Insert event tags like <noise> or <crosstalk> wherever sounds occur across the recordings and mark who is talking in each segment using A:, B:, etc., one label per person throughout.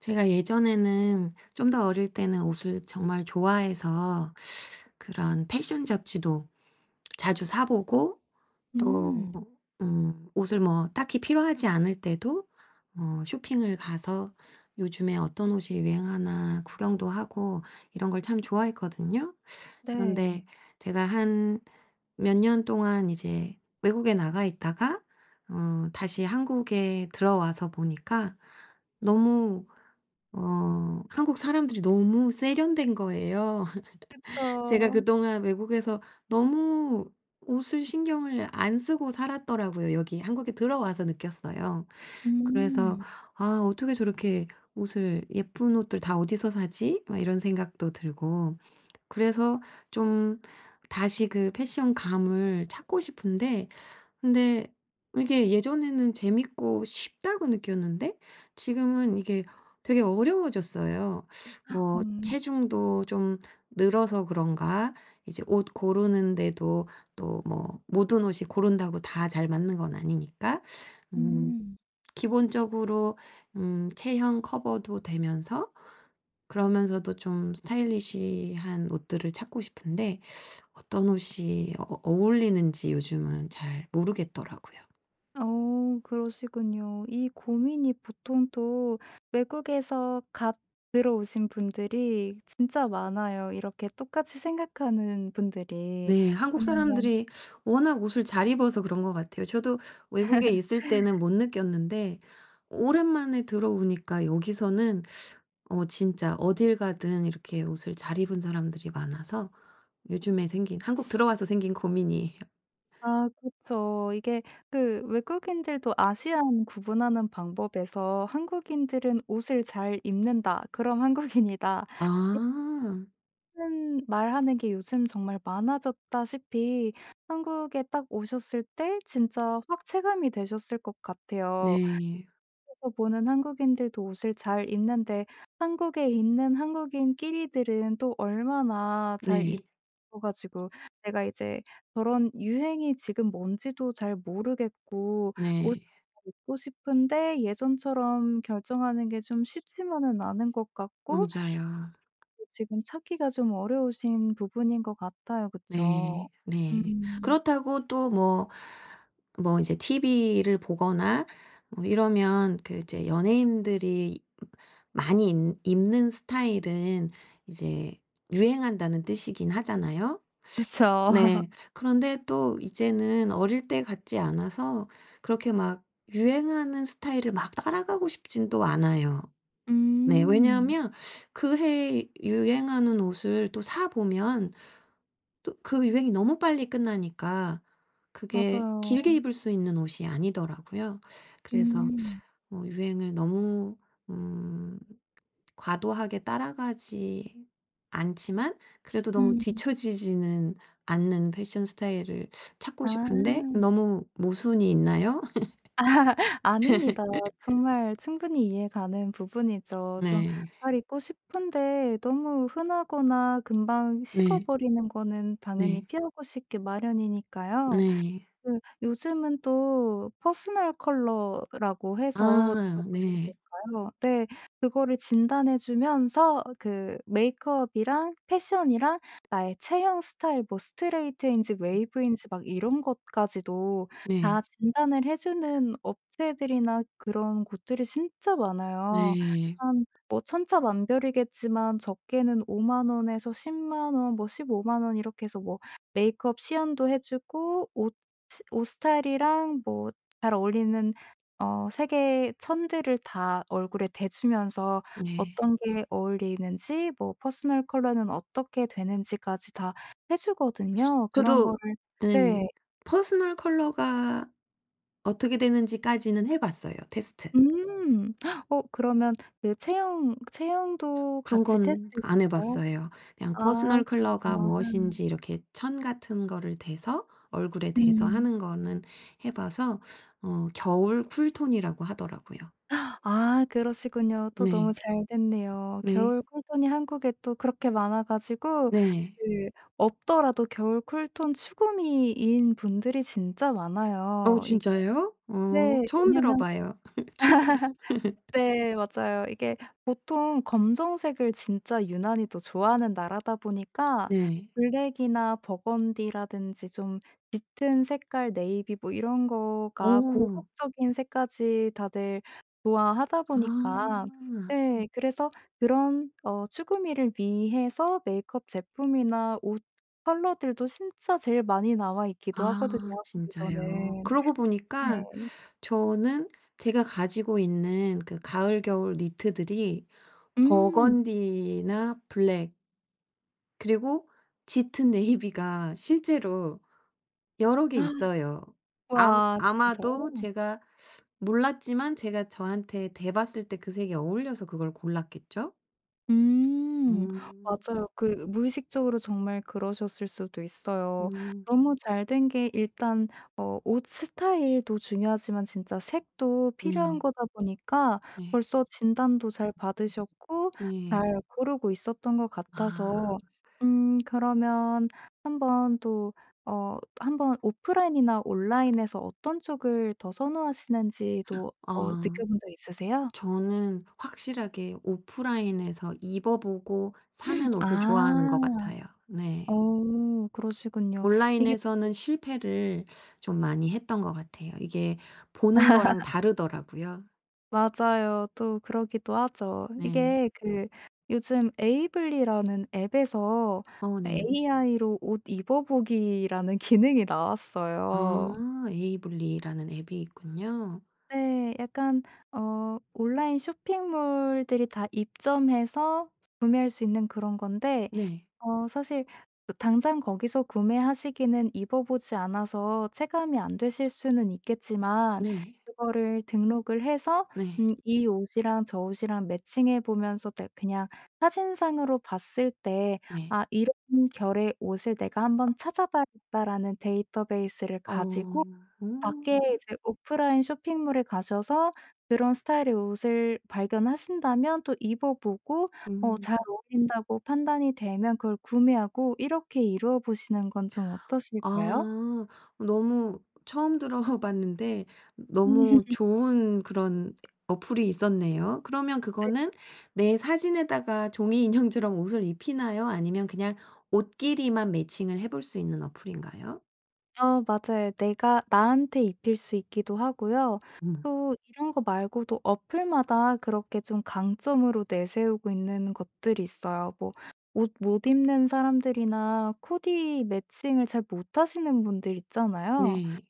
A: 제가 예전에는 좀 더 어릴 때는 옷을 정말 좋아해서 그런 패션 잡지도 자주 사 보고 또
B: 음.
A: 옷을 뭐 딱히 필요하지 않을 때도 쇼핑을 가서 요즘에 '어떤 옷이 유행하나.' 구경도 하고 이런 걸 참 좋아했거든요. 그런데
B: 네.
A: 제가 한 몇 년 동안 이제 외국에 나가 있다가 다시 한국에 들어와서 보니까 너무 한국 사람들이 너무 세련된 거예요. <laughs> 제가
B: 그쵸.
A: 그동안 외국에서 너무 옷을 신경을 안 쓰고 살았더라고요. 여기 한국에 들어와서 느꼈어요. 그래서
B: 음.
A: '아 어떻게 저렇게 옷을 예쁜 옷들 다 어디서 사지?' 막 이런 생각도 들고 그래서 좀 다시 그 패션감을 찾고 싶은데 근데 이게 예전에는 재밌고 쉽다고 느꼈는데 지금은 이게 되게 어려워졌어요. 뭐
B: 음.
A: 체중도 좀 늘어서 그런가 이제 옷 고르는데도 또 뭐 모든 옷이 고른다고 다 잘 맞는 건 아니니까 음
B: 음.
A: 기본적으로 체형 커버도 되면서 그러면서도 좀 스타일리시한 옷들을 찾고 싶은데 어떤 옷이 어울리는지 요즘은 잘 모르겠더라고요.
B: 그러시군요. 이 고민이 보통 또 외국에서 갓 들어오신 분들이 진짜 많아요, 이렇게 똑같이 생각하는 분들이.
A: 네.
B: 음.
A: 한국
B: 왜냐면
A: 사람들이 워낙 옷을 잘 입어서 그런 것 같아요. 저도 외국에 있을 때는 못 느꼈는데 오랜만에 들어보니까 여기서는 진짜 어딜 가든 이렇게 옷을 잘 입은 사람들이 많아서 요즘에 생긴 한국 들어와서 생긴 고민이에요.
B: 아 그쵸. 이게 그 외국인들도 아시안 구분하는 방법에서 '한국인들은 옷을 잘 입는다. 그럼 한국인이다.'
A: 아.
B: 하는 말하는 게 요즘 정말 많아졌다시피 한국에 딱 오셨을 때 진짜 확 체감이 되셨을 것 같아요.
A: 네.
B: 해외에서 보는 한국인들도 옷을 잘 입는데 한국에 있는 한국인끼리들은 또 얼마나 잘
A: 네.
B: 입어 가지고 내가 이제 저런 유행이 지금 뭔지도 잘 모르겠고 옷을
A: 네.
B: 입고 싶은데 예전처럼 결정하는 게 좀 쉽지만은 않은 것 같고
A: 맞아요.
B: 지금 찾기가 좀 어려우신 부분인 것 같아요. 그쵸?
A: 네. 네.
B: 음.
A: 그렇다고 또 뭐 이제 TV를 보거나 뭐 이러면 그 이제 연예인들이 많이 입 입는 스타일은 이제 유행한다는 뜻이긴 하잖아요.
B: 그쵸. <laughs>
A: 네. 그런데 또 이제는 어릴 때 같지 않아서 그렇게 막 유행하는 스타일을 막 따라가고 싶진 또 않아요. 네.
B: 음.
A: 왜냐하면 그 해에 유행하는 옷을 또 사 보면 또 그 유행이 너무 빨리 끝나니까 그게
B: 맞아요.
A: 길게 입을 수 있는 옷이 아니더라고요. 그래서
B: 음.
A: 유행을 너무 음 과도하게 따라가지 않지만 그래도 너무
B: 음.
A: 뒤처지지는 않는 패션 스타일을 찾고
B: 아.
A: 싶은데 너무 모순이 있나요?
B: 아, <laughs> 아닙니다. 정말 충분히 이해 가는 부분이죠. 좀
A: 네.
B: 잘 있고 싶은데 너무 흔하거나 금방
A: 네.
B: 식어버리는 거는 당연히
A: 네.
B: 피하고 싶기 마련이니까요.
A: 네.
B: 그 요즘은 또 퍼스널 컬러라고 해서
A: 아 네.
B: 들어보셨을까요? 네. 그거를 진단해 주면서 그 메이크업이랑 패션이랑 나의 체형 스타일 뭐 스트레이트인지 웨이브인지 막 이런 것까지도
A: 네.
B: 다 진단을 해 주는 업체들이나 그런 곳들이 진짜 많아요.
A: 네.
B: 한 뭐 천차만별이겠지만 적게는 5만 원에서 1 0만원뭐 15만 원 이렇게 해서 뭐 메이크업 시연도 해 주고 옷 스 옷 스타일이랑 뭐 잘 어울리는 색의 천들을 다 얼굴에 대주면서
A: 네.
B: 어떤 게 어울리는지 뭐 퍼스널 컬러는 어떻게 되는지까지 다 해 주거든요. 그런 거를
A: 저도 음.
B: 네.
A: 퍼스널 컬러가 어떻게 되는지까지는 해 봤어요, 테스트.
B: 음. <gasps> <sucks teeth> 그러면 그 체형도
A: 그런
B: 같이
A: 건
B: 테스트해
A: 안 해
B: 보셨어요?
A: 봤어요. 그냥
B: 아
A: 퍼스널 컬러가
B: 그러시구나.
A: 무엇인지 이렇게 천 같은 거를 대서 얼굴에 대서
B: 음.
A: 하는 거는 해 봐서 겨울 쿨톤이라고 하더라고요.
B: 아 그러시군요. 또 너무
A: 네.
B: 잘 됐네요.
A: 네.
B: 겨울 쿨톤이 한국에 또 그렇게 많아 가지고
A: 네.
B: 그 없더라도 겨울 쿨톤 추구미인 분들이 진짜
A: 어
B: 많아요. 이게
A: 진짜요?
B: 네.
A: 어 처음
B: 왜냐면
A: 들어 봐요. <laughs> 진 <laughs>
B: 네 맞아요. 이게 보통 검정색을 진짜 유난히 또 좋아하는 나라다 보니까
A: 네.
B: 블랙이나 버건디라든지 좀 짙은 색깔 네이비 뭐 이런 거가
A: 어.
B: 고혹적인 색까지 다들 좋아하다 보니까
A: 아.
B: 네 그래서 그런 추구미를 위해서 메이크업 제품이나 옷 컬러들도 진짜 제일 많이 나와 있기도 하거든요
A: 아 진짜요.
B: 한국에서는.
A: 그러고
B: 네.
A: 보니까 저는 제가 가지고 있는 그 가을 겨울 니트들이
B: 음.
A: 버건디나 블랙 그리고 짙은 네이비가 실제로 여러 개
B: <gasps>
A: 있어요. 암
B: 와
A: 아마도
B: 진짜요?
A: 제가 몰랐지만 제가 저한테 대 봤을 때 그 색이 어울려서 그걸 골랐겠죠?
B: 음.
A: 음.
B: 맞아요. 그 무의식적으로 정말 그러셨을 수도 있어요.
A: 음.
B: 너무 잘 된 게 일단 옷 스타일도 중요하지만 진짜 색도 필요한
A: 네.
B: 거다 보니까
A: 네.
B: 벌써 진단도 잘 받으셨고
A: 네.
B: 잘 고르고 있었던 것 같아서
A: 아.
B: 그러면 한번 또 한번 오프라인이나 온라인에서 어떤 쪽을 더 선호하시는지도
A: 어
B: 느껴본 적 있으세요?
A: 저는 확실하게 오프라인에서 입어 보고 사는 옷을 좋아하는 것
B: 아.
A: 같아요. 네.
B: 그러시군요. 이게
A: 온라인에서는 실패를 좀 많이 했던 것 같아요. 이게 보는 거랑 다르더라고요.
B: 맞아요. 또 그러기도 하죠.
A: 네.
B: 이게 그 요즘 에이블리라는 앱에서
A: 어 네.
B: AI로 옷 입어보기라는 <laughs> 기능이 나왔어요.
A: 아 에이블리라는 앱이 있군요.
B: 네. 약간 온라인 쇼핑몰들이 다 입점해서 구매할 수 있는 그런 건데
A: 네.
B: 사실 당장 거기서 구매하시기는 입어 보지 않아서 체감이 안 되실 수는 있겠지만
A: 네.
B: 그거를 등록을 해서
A: 네.
B: 이 옷이랑 저 옷이랑 매칭해 보면서 그냥 사진상으로 봤을 때
A: 네.
B: '아 이런 결의 옷을 내가 한번 찾아봐야겠다.'라는 데이터베이스를
A: 어.
B: 가지고 밖에
A: 음.
B: 이제 오프라인 쇼핑몰에 가셔서 그런 스타일의 옷을 발견하신다면 또 입어 보고 잘
A: 음.
B: 어울린다고 판단이 되면 그걸 구매하고 이렇게 이루어 보시는 건 좀 어떠실까요?
A: 아. 너무 처음 들어봤는데
B: 음.
A: 너무 좋은 그런 어플이 있었네요. 그러면
B: 네.
A: 그거는 내 사진에다가 종이 인형처럼 옷을 입히나요? 아니면 그냥 옷끼리만 매칭을 해볼 수 있는 어플인가요?
B: 맞아요. 내가 나한테 입힐 수 있기도 하고요.
A: 음.
B: 또 이런 거 말고도 어플마다 그렇게 좀 강점으로 내세우고 있는 것들이 있어요. 뭐 옷 못 입는 사람들이나 코디 매칭을 잘 못하시는 분들 있잖아요.
A: 네.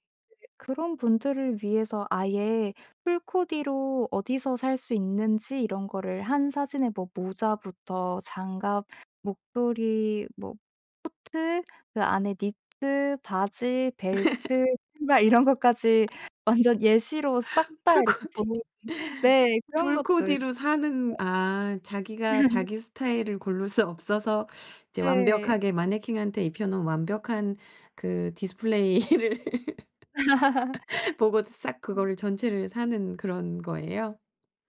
B: 그런 분들을 위해서 아예 풀코디로 어디서 살 수 있는지 이런 거를 한 사진에 뭐 모자부터 장갑, 목도리, 뭐 코트, 그 안에 니트, 바지, 벨트, 신발 이런 것까지 <laughs> 완전 예시로 싹 다 이렇게
A: 풀코디.
B: 보여
A: <laughs>
B: 네. 그런 것도
A: 풀코디로 사는 아 자기가
B: 있어요.
A: 자기 스타일을 고를 수 없어서 이제 완벽하게 마네킹한테 입혀 놓은 완벽한 그 디스플레이를
B: <laughs>
A: 보고 싹
B: 네.
A: 그거를 전체를 사는 그런 거예요?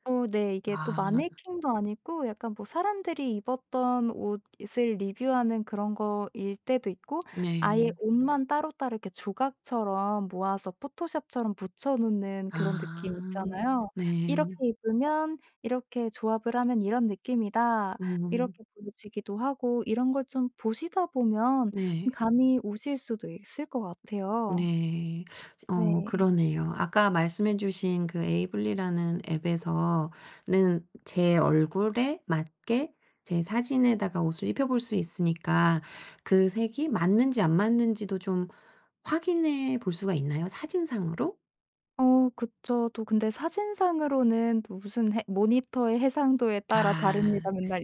B: 어 네. 이게 또
A: 아
B: 마네킹도 아니고 약간 뭐 사람들이 입었던 옷을 리뷰하는 그런 거일 때도 있고 아예
A: 네.
B: 옷만 따로따로 이렇게 조각처럼 모아서 포토샵처럼 붙여 놓는
A: 아
B: 그런 느낌 있잖아요. "이렇게
A: 네.
B: 입으면 이렇게 조합을 하면 이런 느낌이다."
A: 음
B: 이렇게 보여지기도 하고 이런 걸 좀 보시다 보면
A: 네.
B: 감이 오실 수도 있을 것 같아요.
A: 네. 어
B: 네.
A: 그러네요. 아까 말씀해 주신 그 에이블리라는 앱에서는 제 얼굴에 맞게 제 사진에다가 옷을 입혀 볼 수 있으니까 그 색이 맞는지 안 맞는지도 좀 확인해 볼 수가 있나요? 사진상으로?
B: 그쵸. 또 근데 사진상으로는 또 무슨 해 모니터의 해상도에 따라 다릅니다
A: 아.
B: 맨날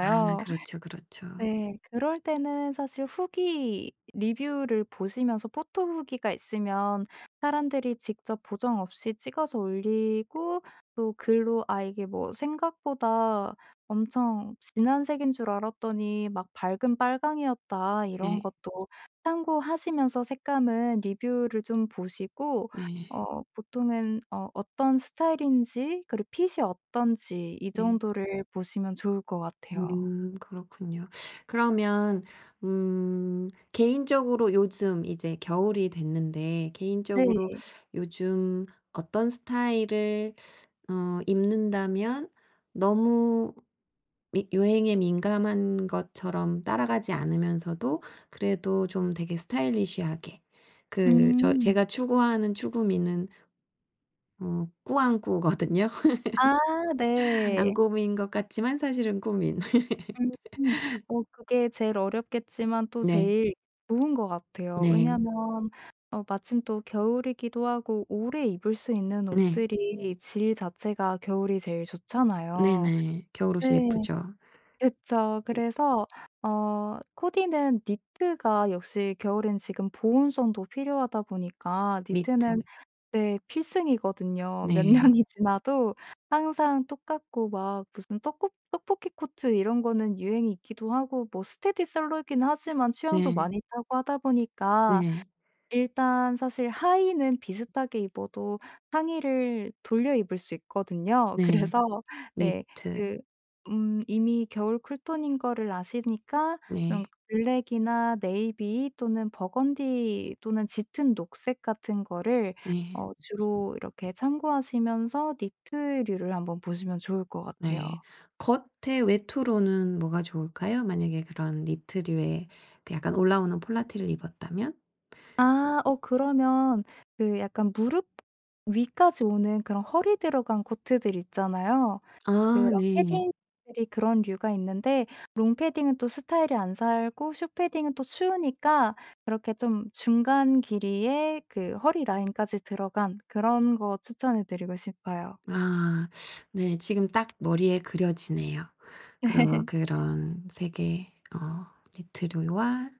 A: 아 그렇죠, 그렇죠.
B: 네. 그럴 때는 사실 후기 리뷰를 보시면서 포토 후기가 있으면 사람들이 직접 보정 없이 찍어서 올리고 또 글로 '아 이게 뭐 생각보다 엄청 진한 색인 줄 알았더니 막 밝은 빨강이었다.' 이런
A: 네.
B: 것도 참고하시면서 색감은 리뷰를 좀 보시고
A: 네.
B: 보통은 어떤 스타일인지 그리고 핏이 어떤지 이
A: 네.
B: 정도를 보시면 좋을 것 같아요.
A: 그렇군요. 그러면 개인적으로 요즘 이제 겨울이 됐는데
B: 네.
A: 개인적으로 요즘 어떤 스타일을 입는다면 너무 미 유행에 민감한 것처럼 따라가지 않으면서도 그래도 좀 되게 스타일리시하게 그 저
B: 음.
A: 제가 추구하는 추구미는 꾸안꾸거든요.
B: 아
A: <laughs> 안
B: 네.
A: 꾸미인것 같지만 사실은 꾸민. <laughs>
B: 음. 그게 제일 어렵겠지만 또
A: 네.
B: 제일 좋은 것 같아요.
A: 네.
B: 왜냐면 마침 또 겨울이기도 하고 오래 입을 수 있는
A: 네.
B: 옷들이 질 자체가 겨울이 제일 좋잖아요.
A: 네네. 겨울옷이
B: 네.
A: 예쁘죠.
B: 그쵸. 그래서 코디는 니트가 역시 겨울엔 지금 보온성도 필요하다 보니까 니트는
A: 니트.
B: 네. 필승이거든요. 몇
A: 네.
B: 년이 지나도 항상 똑같고 막 무슨 떡국 떡볶이 코트 이런 거는 유행이 있기도 하고 뭐 스테디셀러이긴 하지만 취향도
A: 네.
B: 많이 타고 하다 보니까
A: 네.
B: 일단 사실 하의는 비슷하게 입어도 상의를 돌려 입을 수 있거든요.
A: 네.
B: <laughs> 그래서 네
A: 니트.
B: 그 이미 겨울 쿨톤인 거를 아시니까 좀
A: 네.
B: 블랙이나 네이비 또는 버건디 또는 짙은 녹색 같은 거를
A: 네.
B: 주로 이렇게 참고하시면서 니트류를 한번 보시면 좋을 것 같아요.
A: 네. 겉에 외투로는 뭐가 좋을까요? 만약에 그런 니트류의 그 약간 올라오는 폴라티를 입었다면?
B: 아 그러면 그 약간 무릎 위까지 오는 그런 허리 들어간 코트들 있잖아요. 그런
A: 아 네.
B: 패딩들이 그런 류가 있는데 롱패딩은 또 스타일이 안 살고 숏패딩은 또 추우니까 그렇게 좀 중간 길이에 그 허리 라인까지 들어간 그런 거 추천해 드리고 싶어요.
A: 아 네. 지금 딱 머리에 그려지네요. 그런
B: <laughs>
A: 그런 색의 니트류와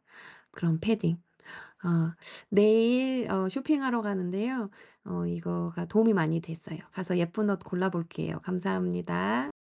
A: 그런 패딩. 아 내일 쇼핑하러 가는데요. 이거가 도움이 많이 됐어요. 가서 예쁜 옷 골라 볼게요. 감사합니다.